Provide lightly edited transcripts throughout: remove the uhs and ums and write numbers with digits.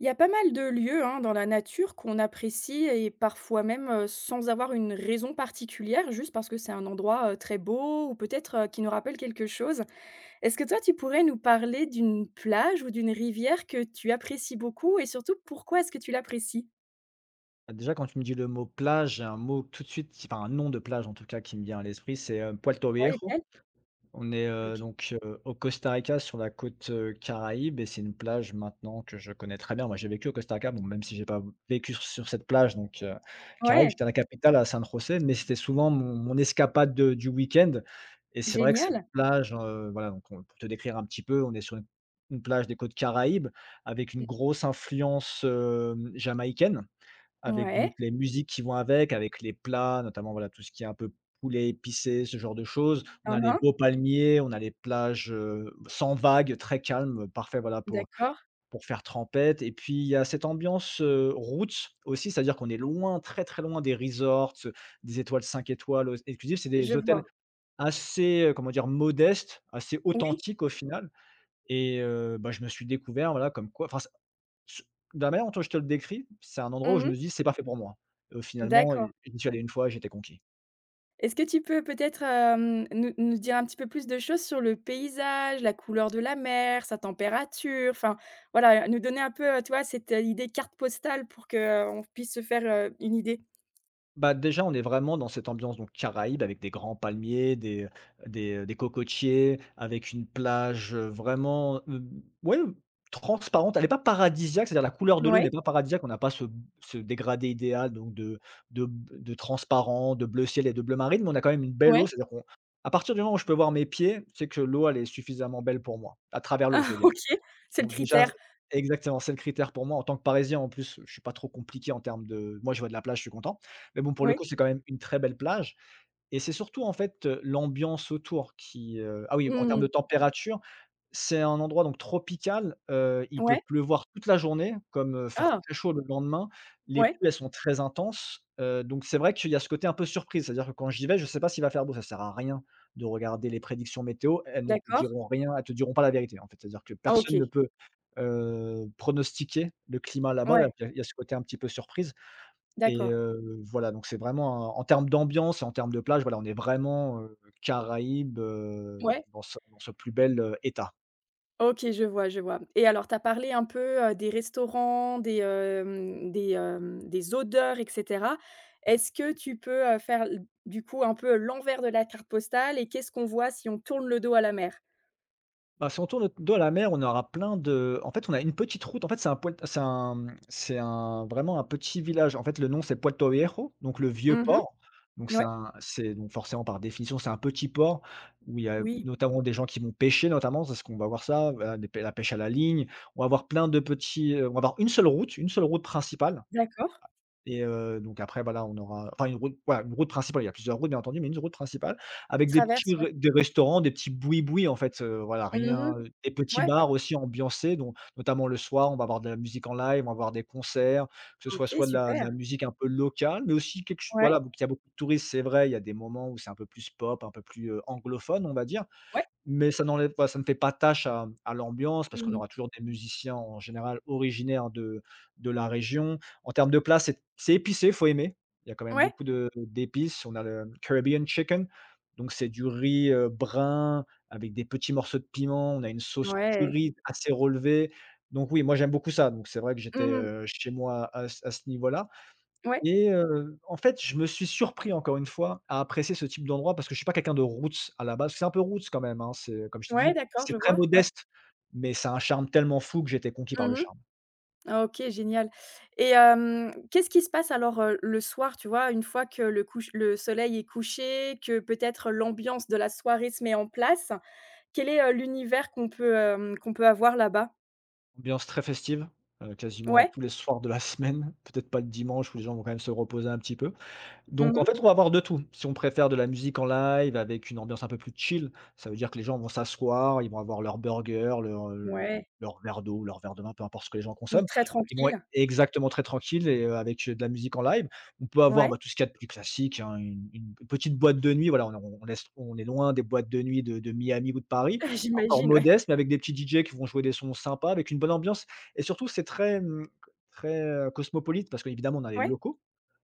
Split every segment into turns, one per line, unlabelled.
Il y a pas mal de lieux, hein, dans la nature qu'on apprécie et parfois même, sans avoir une raison particulière, juste parce que c'est un endroit, très beau ou peut-être, qui nous rappelle quelque chose. Est-ce que toi, tu pourrais nous parler d'une plage ou d'une rivière que tu apprécies beaucoup et surtout, pourquoi est-ce que tu l'apprécies?
Bah, déjà, quand tu me dis le mot plage, j'ai un mot tout de suite, enfin un nom de plage en tout cas qui me vient à l'esprit, c'est Puerto
Ouais,
Viejo.
lesquelles?
On est
OK.
donc au Costa Rica sur la côte Caraïbe et c'est une plage maintenant que je connais très bien. Moi, j'ai vécu au Costa Rica, bon, même si j'ai pas vécu sur cette plage, donc Caraïbe,
Ouais,
j'étais à la capitale à San José, mais c'était souvent mon escapade du week-end. Et c'est vrai que cette
génial.
plage, voilà, donc pour te décrire un petit peu, on est sur une plage des côtes Caraïbes avec une grosse influence jamaïcaine.
Mmh,
Avec donc
ouais.
les musiques qui vont avec, avec les plats, notamment, voilà, tout ce qui est un peu poulet épicé, ce genre de choses. On a
Hein,
les
hein.
beaux palmiers, on a les plages, sans vagues, très calmes, parfait, voilà, pour
D'accord,
faire trempette et puis, il y a cette ambiance, roots aussi, c'est-à-dire qu'on est loin, très, très loin des resorts, des étoiles 5 étoiles, exclusives. C'est
je
des hôtels
vois.
assez, comment dire? Modestes, assez
Oui.
authentiques au final et bah, je me suis découvert, voilà, comme quoi enfin ça ce de la manière dont je te le décris, c'est un endroit où je me
Mmh.
dis: «C'est pas fait pour moi». Finalement,
D'accord.
et j'y suis allé une fois, j'étais conquis.
Est-ce que tu peux peut-être, nous dire un petit peu plus de choses sur le paysage, la couleur de la mer, sa température? Enfin, voilà, nous donner un peu, tu vois, cette, idée carte postale pour que on puisse se faire, une idée.
Bah, déjà, on est vraiment dans cette ambiance donc caraïbe avec des grands palmiers, des cocotiers, avec une plage, vraiment, ouais, transparente. Elle est pas paradisiaque, c'est-à-dire la couleur de l'eau n'est
Ouais,
pas paradisiaque. On n'a pas ce dégradé idéal donc de de transparent, de bleu ciel et de bleu marine, mais on a quand même une belle
ouais.
eau. C'est-à-dire qu'on à partir du moment où je peux voir mes pieds, c'est que l'eau, elle est suffisamment belle pour moi, à travers l'eau, je
Ah
veux dire.
OK, c'est le
Donc déjà
critère.
exactement, c'est le critère pour moi en tant que Parisien en plus, je suis pas trop compliqué en termes de moi je vois de la plage, je suis content. Mais bon pour le
Oui.
coup, c'est quand même une très belle plage et c'est surtout en fait, l'ambiance autour qui, ah oui, en
Mmh
termes de
mh.
température c'est un endroit donc tropical, il peut
Ouais.
pleuvoir toute la journée comme, faire
Ah!
très chaud le lendemain. Les
Ouais,
pluies, elles sont très intenses, donc c'est vrai qu'il y a ce côté un peu surprise. C'est-à-dire que quand j'y vais, je ne sais pas s'il va faire beau. Ça sert à rien de regarder les prédictions météo, elles ne te
d'accord.
diront rien, elles te diront pas la vérité, en fait. C'est-à-dire que
Ah,
personne ne
OK.
peut, pronostiquer le climat là-bas.
Ouais,
Donc, il y a ce côté un petit peu surprise et
d'accord.
voilà, donc c'est vraiment un en termes d'ambiance et en termes de plage, voilà, on est vraiment, Caraïbes,
Ouais.
dans ce plus bel, état.
OK, je vois, je vois. Et alors tu as parlé un peu, des restaurants, des odeurs et cetera. Est-ce que tu peux, faire l du coup un peu l'envers de la carte postale et qu'est-ce qu'on voit si on tourne le dos à la mer?
Bah, si on tourne notre dos à la mer, on aura plein de en fait, on a une petite route. En fait, c'est un poil c'est un, c'est un vraiment un petit village. En fait, le nom, c'est Puerto Viejo, donc le vieux
Mmh.
port. Donc
Ouais.
c'est donc forcément, par définition, c'est un petit port où il y a
Oui,
notamment des gens qui vont pêcher, notamment, c'est ce qu'on va voir ça, voilà, des pê la pêche à la ligne. On va avoir plein de petits, on va avoir une seule route principale
d'accord.
et donc après, voilà, on aura enfin une route voilà, une route principale. Il y a plusieurs routes bien entendu, mais une route principale
Qui
avec des petits
traverse,
re
ouais.
des restaurants, des petits boui-boui en fait, voilà,
Mmh.
rien, des petits
Ouais.
bars aussi ambiancés, dont notamment le soir, on va avoir de la musique en live, on va avoir des concerts, que ce soit
OK,
soit de la
super.
musique un peu locale, mais aussi quelque ch voilà,
Ouais.
donc il y a beaucoup de touristes, c'est vrai, il y a des moments où c'est un peu plus pop, un peu plus, anglophone, on va dire.
Ouais.
Mais ça ne fait pas tâche à l'ambiance parce qu'on
Mmh.
aura toujours des musiciens en général originaires de la région. En termes de plats, c'est épicé, faut aimer. Il y a quand même
Ouais.
beaucoup de d'épices. On a le Caribbean Chicken, donc c'est du riz, brun avec des petits morceaux de piment. On a une sauce
Ouais.
curry assez relevée. Donc oui, moi j'aime beaucoup ça. Donc c'est vrai que j'étais,
Mmh.
chez moi à ce niveau-là.
Ouais.
Et en fait, je me suis surpris encore une fois à apprécier ce type d'endroit parce que je suis pas quelqu'un de roots à la base. C'est un peu roots quand même, hein, c'est comme je t'ai
Ouais,
dit,
d'accord,
c'est
je
très
vois. Ouais.
modeste, mais ça a un charme tellement fou que j'étais conquis par le
Mmh.
charme.
Ah OK, génial. Et qu'est-ce qui se passe alors, le soir, tu vois? Une fois que le soleil est couché, que peut-être l'ambiance de la soirée se met en place, quel est, l'univers qu'on peut, qu'on peut avoir là-bas?
Ambiance très festive, quasiment
Ouais.
tous les soirs de la semaine, peut-être pas le dimanche où les gens vont quand même se reposer un petit peu. Donc en
Mmh.
fait, on va avoir de tout. Si on préfère de la musique en live avec une ambiance un peu plus chill, ça veut dire que les gens vont s'asseoir, ils vont avoir leur burger,
Ouais,
leur verre d'eau, leur verre de vin, peu importe ce que les gens
donc
consomment.
très
Ils vont être
tranquille.
exactement, très tranquilles et avec, de la musique en live. On peut avoir, bah,
Ouais,
tout ce qu'il y a de plus classique, hein, une petite boîte de nuit, voilà, on est loin des boîtes de nuit de Miami ou de Paris, encore
j'imagine, ouais.
modeste, mais avec des petits DJ qui vont jouer des sons sympas, avec une bonne ambiance et surtout c'est très, très, cosmopolite parce qu'évidemment on a les
Ouais.
locaux.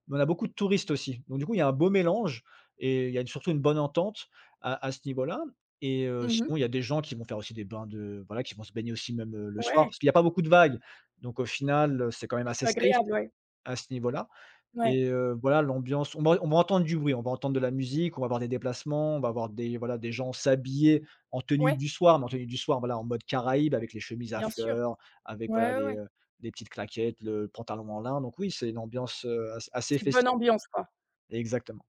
Mais on a beaucoup de touristes aussi. Donc du coup, il y a un beau mélange et il y a une surtout une bonne entente à ce niveau-là et
Mmh.
sinon, il y a des gens qui vont faire aussi des bains de voilà, qui vont se baigner aussi même, le soir
Ouais,
parce qu'il y a pas beaucoup de vagues. Donc au final, c'est quand même assez
plutôt
safe
agréable, ouais.
à ce niveau-là
Ouais.
et voilà, l'ambiance on va entendre du bruit, on va entendre de la musique, on va avoir des déplacements, on va avoir des voilà, des gens s'habiller en tenue
Ouais,
du soir, mais en tenue du soir, voilà, en mode Caraïbe avec les chemises à
bien sûr.
fleurs, avec voilà
Ouais, ouais, ouais.
les petites claquettes, le pantalon en lin. Donc oui, c'est une ambiance, assez
C'est bonne
festive.
ambiance, quoi.
Exactement.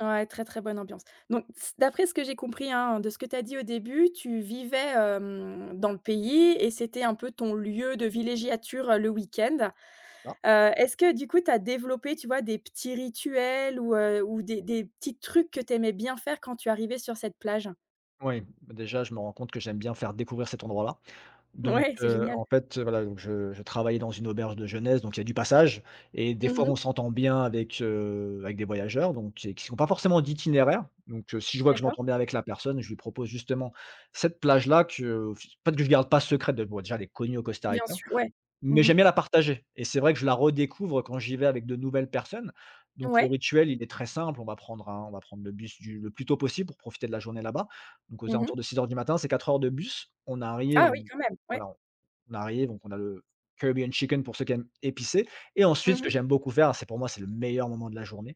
Ouais, très, très bonne ambiance. Donc s d'après ce que j'ai compris, hein, de ce que tu as dit au début, tu vivais, dans le pays et c'était un peu ton lieu de villégiature, le week-end.
Ah,
Est-ce que du coup tu as développé, tu vois, des petits rituels ou, ou des petits trucs que tu aimais bien faire quand tu arrivais sur cette plage?
oui, bah, déjà, je me rends compte que j'aime bien faire découvrir cet endroit-là. Donc,
Ouais, c'est génial.
en fait, voilà, donc je travaillais dans une auberge de jeunesse, donc il y a du passage et des fois,
Mmh.
on s'entend bien avec des voyageurs, donc qui sont pas forcément d'itinéraire. Donc, si je vois que je
D'accord.
m'entends bien avec la personne, je lui propose justement cette plage-là que, en fait que je garde pas secrète de bon, déjà, elle est connue au Costa
Bien
Rica.
sûr, ouais.
Mais
Mmh.
j'aime bien la partager et c'est vrai que je la redécouvre quand j'y vais avec de nouvelles personnes. Donc le
Ouais.
rituel, il est très simple, on va prendre le bus du le plus tôt possible pour profiter de la journée là-bas. Donc aux
Mmh.
alentours de 6 heures du matin, c'est 4 heures de bus. On arrive,
Ah oui, quand même, ouais.
voilà, on arrive, donc on a le Caribbean Chicken pour ceux qui aiment épicé et ensuite, ce
Mmh.
que j'aime beaucoup faire, c'est pour moi, c'est le meilleur moment de la journée.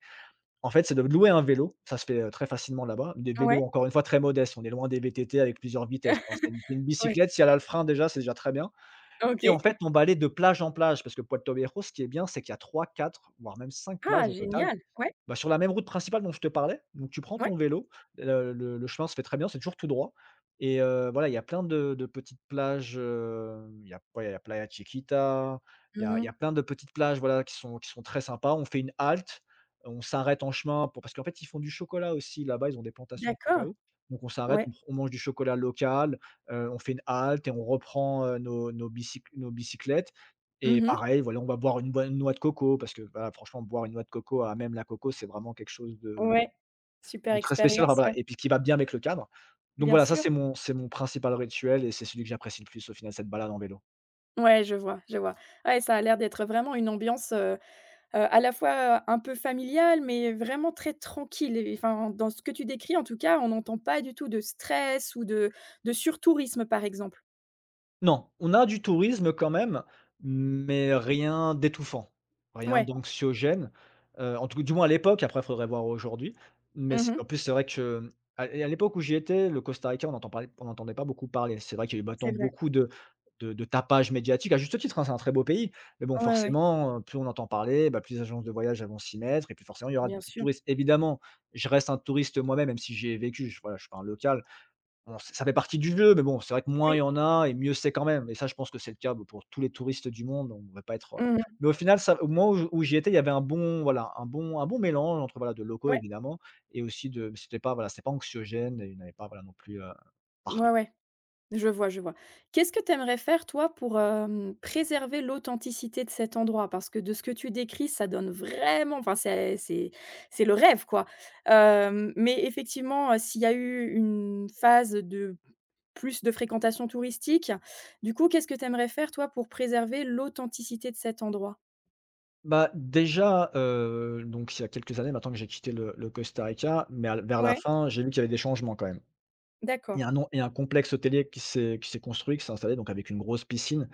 En fait, c'est de louer un vélo, ça se fait, très facilement là-bas. Des vélos
Ouais,
encore une fois très modestes, on est loin des VTT avec plusieurs vitesses, hein. C'est une
ouais.
bicyclette, si elle a le frein déjà, c'est déjà très bien. Et en
OK.
fait, on va aller de plage en plage parce que Puerto Viejo, ce qui est bien, c'est qu'il y a trois, quatre, voire même 5 plages
Ah
au total.
génial. Ouais,
Bah, sur la même route principale dont je te parlais, donc tu prends ton
ouais.
vélo, le chemin se fait très bien, c'est toujours tout droit et voilà, il y a plein de petites plages, il y a ouais, il y a Playa Chiquita, il y
Mmh.
a plein de petites plages, voilà, qui sont très sympas. On fait une halte, on s'arrête en chemin pour parce qu'en fait, ils font du chocolat aussi là-bas, ils ont des plantations de
D'accord.
cacao, donc on s'arrête,
Ouais.
on mange du chocolat local, on fait une halte et on reprend, nos bicyclettes et
Mmh.
pareil, voilà, on va boire une bonne noix de coco parce que, voilà, franchement, boire une noix de coco à même la coco, c'est vraiment quelque chose de
Ouais, super
de très spécial, enfin,
expérience,
voilà,
ouais,
et puis qui va bien avec le cadre. Donc
bien
voilà, ça,
sûr.
c'est mon principal rituel et c'est celui que j'apprécie le plus au final, cette balade en vélo.
Ouais, je vois, je vois. Ouais, ça a l'air d'être vraiment une ambiance, à la fois un peu familiale, mais vraiment très tranquille et enfin, dans ce que tu décris, en tout cas, on n'entend pas du tout de stress ou de surtourisme, par exemple.
Non, on a du tourisme quand même, mais rien d'étouffant, rien
Ouais.
d'anxiogène, en tout cas, du moins à l'époque, après il faudrait voir aujourd'hui, mais c'est
Mmh.
en plus c'est vrai que à l'époque où j'y étais, le Costa Rica, on n'entendait pas beaucoup parler. C'est vrai qu'il y a eu maintenant
C'est vrai.
beaucoup de tapage médiatique, à juste titre, hein, c'est un très beau pays, mais bon,
Ouais, ouais,
forcément, plus on entend parler, bah, plus les agences de voyage elles vont s'y mettre et puis forcément il y aura
bien
du
sûr.
tourisme. Évidemment, je reste un touriste moi-même, même si j'y ai vécu, je voilà, je suis pas un local. Bon, ç ça fait partie du jeu, mais bon, c'est vrai que moins il y
Oui.
en a et mieux c'est quand même, et ça, je pense que c'est le cas, bah, pour tous les touristes du monde, on va pas être,
Mmh.
mais au final, ça au moment où où j'y étais, il y avait un bon voilà, un bon mélange entre, voilà, de locaux
Ouais.
évidemment, et aussi de c'était pas, voilà, c'était pas anxiogène et il n'y en avait pas, voilà, non plus,
Ouais,
partout.
ouais. Je vois, je vois. Qu'est-ce que tu aimerais faire toi pour, préserver l'authenticité de cet endroit? Parce que de ce que tu décris, ça donne vraiment enfin c'est c'est le rêve quoi. Mais effectivement, s'il y a eu une phase de plus de fréquentation touristique, du coup, qu'est-ce que tu aimerais faire toi pour préserver l'authenticité de cet endroit?
Bah, déjà, donc il y a quelques années maintenant que j'ai quitté le Costa Rica, mais à vers la
Ouais,
fin, j'ai vu qu'il y avait des changements quand même.
d'accord.
Il y a un complexe hôtelier qui s'est construit, qui s'est installé, donc avec une grosse piscine.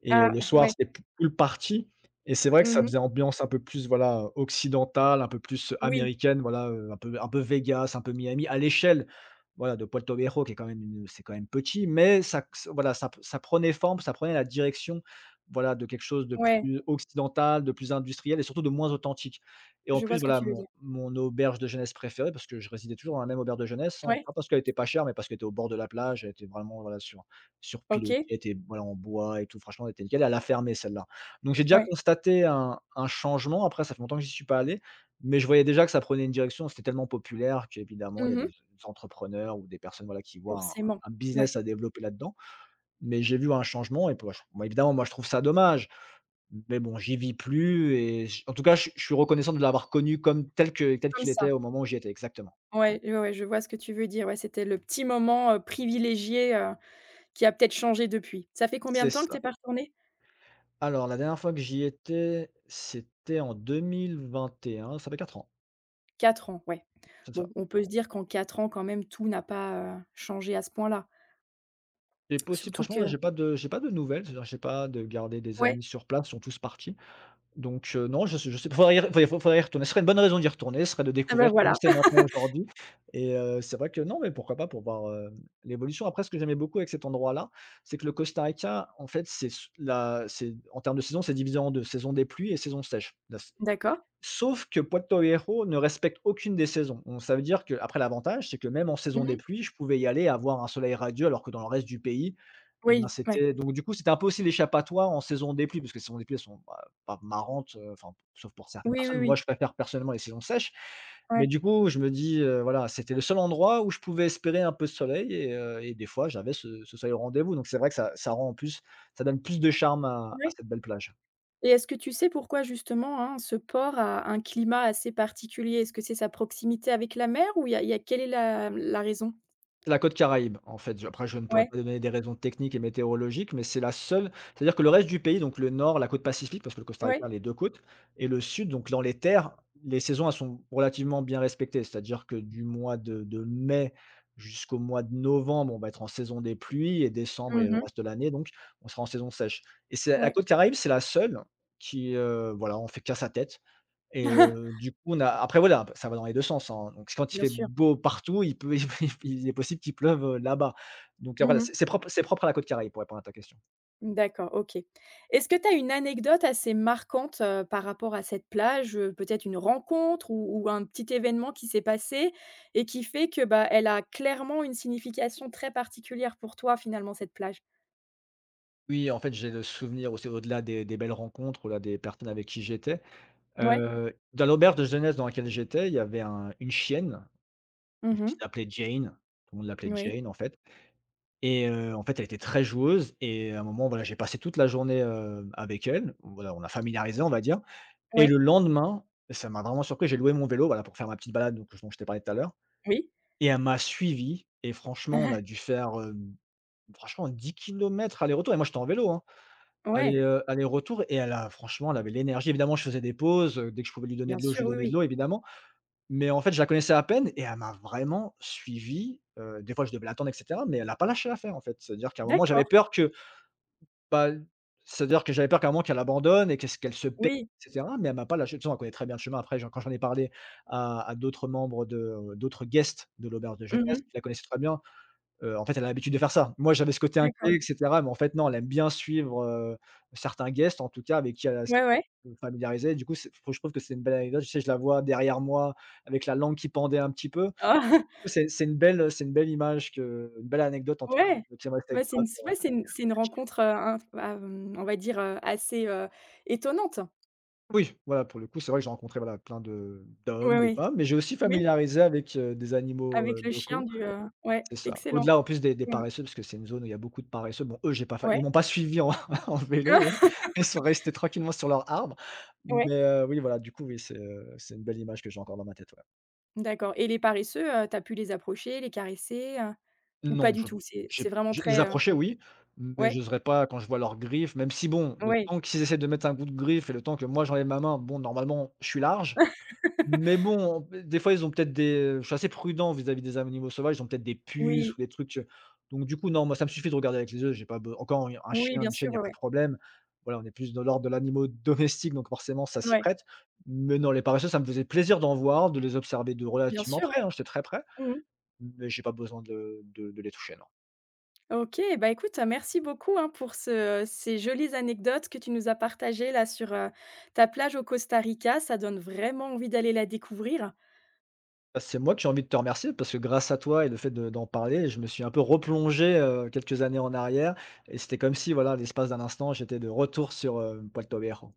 Et
Ah
le soir,
ouais.
c'était p pool party, et c'est vrai que ça
Mmh.
faisait ambiance un peu plus, voilà, occidentale, un peu plus
Oui,
américaine, voilà, un peu Vegas, un peu Miami, à l'échelle, voilà, de Puerto Viejo qui est quand même une c'est quand même petit, mais ça voilà, ça prenait forme, ça prenait la direction, voilà, de quelque chose de
ouais,
plus occidental, de plus industriel et surtout de moins authentique. Et en
je
plus,
vois ce que
voilà,
tu veux
mon
dire.
mon auberge de jeunesse préférée, parce que je résidais toujours dans la même auberge de jeunesse, hein,
Ouais,
pas parce qu'elle était pas chère, mais parce qu'elle était au bord de la plage, elle était vraiment, voilà, sur pilotis
OK,
et voilà, en bois et tout, franchement, elle était nickel, elle a fermé celle-là. Donc j'ai déjà
ouais.
constaté un changement, après ça fait longtemps que j'y suis pas allé, mais je voyais déjà que ça prenait une direction, c'était tellement populaire qu'évidemment il y a
Mmh
des
mh.
entrepreneurs ou des personnes, voilà, qui voient un
Forcément,
un
ouais,
business à développer là-dedans. Mais j'ai vu un changement et pour moi évidemment, moi je trouve ça dommage, mais bon, j'y vis plus et j en tout cas, je suis reconnaissant de l'avoir connu comme tel que tel
comme
qu'il
ça.
était au moment où j'y étais, exactement.
Ouais, ouais, ouais, je vois ce que tu veux dire. Ouais, c'était le petit moment, privilégié, qui a peut-être changé depuis. Ça fait combien
C'est
de temps que tu
ça.
es pas retourné?
Alors la dernière fois que j'y étais, c'était en 2021, ça fait 4 ans.
4 ans, ouais.
C'est ça.
Bon, on peut se dire qu'en 4 ans, quand même, tout n'a pas, changé à ce point-là.
C'est possible,
Surtout
franchement,
que
là, j'ai pas de nouvelles, c'est-à-dire j'ai pas de garder des
ouais,
amis sur place, ils sont tous partis. Donc non, je sais faudrait y retourner. Ce serait une bonne raison d'y retourner, ce serait de
ah bah,
découvrir comment
voilà.
c'est maintenant aujourd'hui et c'est vrai que non, mais pourquoi pas pour voir, l'évolution. Après ce que j'aimais beaucoup avec cet endroit-là, c'est que le Costa Rica, en fait, c'est s la c'est en termes de saison, c'est divisé en deux, saison des pluies et saison sèche.
D'accord.
Sauf que Puerto Viejo ne respecte aucune des saisons. Donc ça veut dire que, après, l'avantage, c'est que même en saison des
Mmh.
pluies, je pouvais y aller, avoir un soleil radieux, alors que dans le reste du pays, et ben,
Oui, ouais.
c'était, donc du coup, c'était un peu aussi l'échappatoire en saison des pluies, parce que les saisons des pluies, elles sont, bah, pas marrantes, enfin, sauf pour certaines
Oui, oui,
personnes. Moi,
oui.
je préfère personnellement les saisons sèches,
Ouais.
mais du coup, je me dis, voilà, c'était le seul endroit où je pouvais espérer un peu de soleil, et des fois, j'avais ce soleil au rendez-vous. Donc c'est vrai que ça donne plus de charme à
Ouais.
cette belle plage.
Et est-ce que tu sais pourquoi justement, hein, ce port a un climat assez particulier? Est-ce que c'est sa proximité avec la mer ou il y a quelle est la raison?
C'est la côte Caraïbe, en fait. Je Après, je ne pourrais
Ouais,
pas donner des raisons techniques et météorologiques, mais c'est la seule, c'est-à-dire que le reste du pays, donc le nord, la côte Pacifique, parce que le Costa Rica a
ouais.
les 2 côtes, et le sud, donc dans les terres, les saisons, elles sont relativement bien respectées. C'est-à-dire que du mois de mai jusqu'au mois de novembre, on va être en saison des pluies, et décembre et le
Mmh.
reste de l'année, donc on sera en saison sèche, et c'est la
Ouais.
côte Caraïbe, c'est la seule qui, voilà, on fait qu'à sa tête. Et du coup, on a, après, voilà, ça va dans les 2 sens, hein, donc quand il
Bien
fait
sûr.
beau partout, il peut il est possible qu'il pleuve, là-bas. Donc, voilà,
Mmh.
c'est propre à la Côte-Caraïbe, pour répondre à ta question.
D'accord, OK. Est-ce que tu as une anecdote assez marquante, par rapport à cette plage, peut-être une rencontre ou un petit événement qui s'est passé et qui fait que, bah, elle a clairement une signification très particulière pour toi finalement cette plage?
Oui, en fait, j'ai le souvenir aussi au-delà des belles rencontres, au-delà des personnes avec qui j'étais.
Ouais.
Dans l'auberge de jeunesse dans laquelle j'étais, il y avait un une chienne qui
Mmh.
s'appelait Jane. Tout le monde l'appelait
Oui.
Jane, en fait, et en fait, elle était très joueuse, et à un moment, voilà, j'ai passé toute la journée, avec elle. Voilà, on a familiarisé, on va dire. Et
Oui.
le lendemain, ça m'a vraiment surpris, j'ai loué mon vélo, voilà, pour faire ma petite balade, donc dont je t'ai parlé tout à l'heure,
Oui.
et elle m'a suivi, et franchement, on a dû faire, franchement, 10 kilomètres aller-retour, et moi j'étais en vélo, hein. Aller,
Ouais,
aller-retour, et elle a, franchement, elle avait l'énergie. Évidemment, je faisais des pauses, dès que je pouvais lui donner
bien
de l'eau, je
sûr,
lui
oui,
donnais de
oui.
l'eau, évidemment, mais en fait, je la connaissais à peine et elle m'a vraiment suivi, des fois je devais l'attendre et cetera, mais elle n'a pas lâché l'affaire en fait. C'est-à-dire qu'à un moment, j'avais
D'accord,
peur que, bah, c'est-à-dire que j'avais peur qu'à un moment qu'elle abandonne et qu'est-ce qu'elle se perde
oui.
et cetera, mais elle m'a pas lâché. De toute façon, elle connaît très bien le chemin. Après, j'en quand j'en ai parlé à d'autres membres de d'autres guests de l'auberge de jeunesse,
Mmh.
qui la connaissaient très bien, en fait, elle a l'habitude de faire ça. Moi, j'avais ce côté
D'accord.
inquiet et cetera, mais en fait, non, elle aime bien suivre, certains guests, en tout cas, avec qui elle a s
Ouais, ouais.
familiarisé. Du coup, c'est je trouve que c'est une belle anecdote. Tu sais, je la vois derrière moi avec la langue qui pendait un petit peu.
Ah
C'est une belle image, que une belle anecdote en tout
ouais.
cas, qui est restée
Ouais, c'est une
gravée.
s ouais, c'est une rencontre, inf bah, mmh, on va dire, assez, étonnante.
Oui, voilà, pour le coup, c'est vrai que j'ai rencontré, voilà, plein de
Oui,
d'hommes, de
oui.
femmes, mais j'ai aussi
Oui.
familiarisé avec, des animaux,
Avec le chien
locaux.
du, ouais,
C'est ça.
excellent.
Au-delà, en plus, des
Ouais,
paresseux, parce que c'est une zone où il y a beaucoup de paresseux. Bon, eux, j'ai pas fa ils
ouais.
m'ont pas suivi en en vélo, eux.
Ouais.
Ils sont restés tranquillement sur leur arbre.
Ouais,
Mais, oui, voilà, du coup, oui, c'est une belle image que j'ai encore dans ma tête, ouais.
d'accord. Et les paresseux, tu as pu les approcher, les caresser, ou pas
Non,
du
je
tout? C'est
j'ai
vraiment
je les
très,
approcher, oui, mais je
ouais,
j'oserais pas quand je vois leurs griffes, même si bon, le
ouais,
temps qu'ils essaient de mettre un coup de griffe et le temps que moi, j'enlève ma main, bon, normalement, je suis large. Mais bon, des fois, ils ont peut-être des, je suis assez prudent vis-à-vis des animaux sauvages, ils ont peut-être des puces ou
oui,
des trucs, donc du coup, non, moi, ça me suffit de regarder avec les yeux, j'ai pas be encore un
oui,
chien,
bien
une chienne,
sûr,
il y a
ouais,
pas de
ouais.
problème. Voilà, on est plus dans l'ordre de l'animal domestique, donc forcément, ça s'y
Ouais,
prête. Mais non, les paresseux, ça me faisait plaisir d'en voir, de les observer de
bien
relativement
sûr,
près, hein, j'étais très près,
ouais. Mmh mh.
mais j'ai pas besoin de les toucher, non.
OK, bah, écoute, merci beaucoup, hein, pour ce ces jolies anecdotes que tu nous as partagées là sur, ta plage au Costa Rica. Ça donne vraiment envie d'aller la découvrir.
Bah, c'est moi qui ai envie de te remercier parce que grâce à toi et le fait de d'en parler, je me suis un peu replongé, quelques années en arrière, et c'était comme si, voilà, l'espace d'un instant, j'étais de retour sur, Puerto Viejo.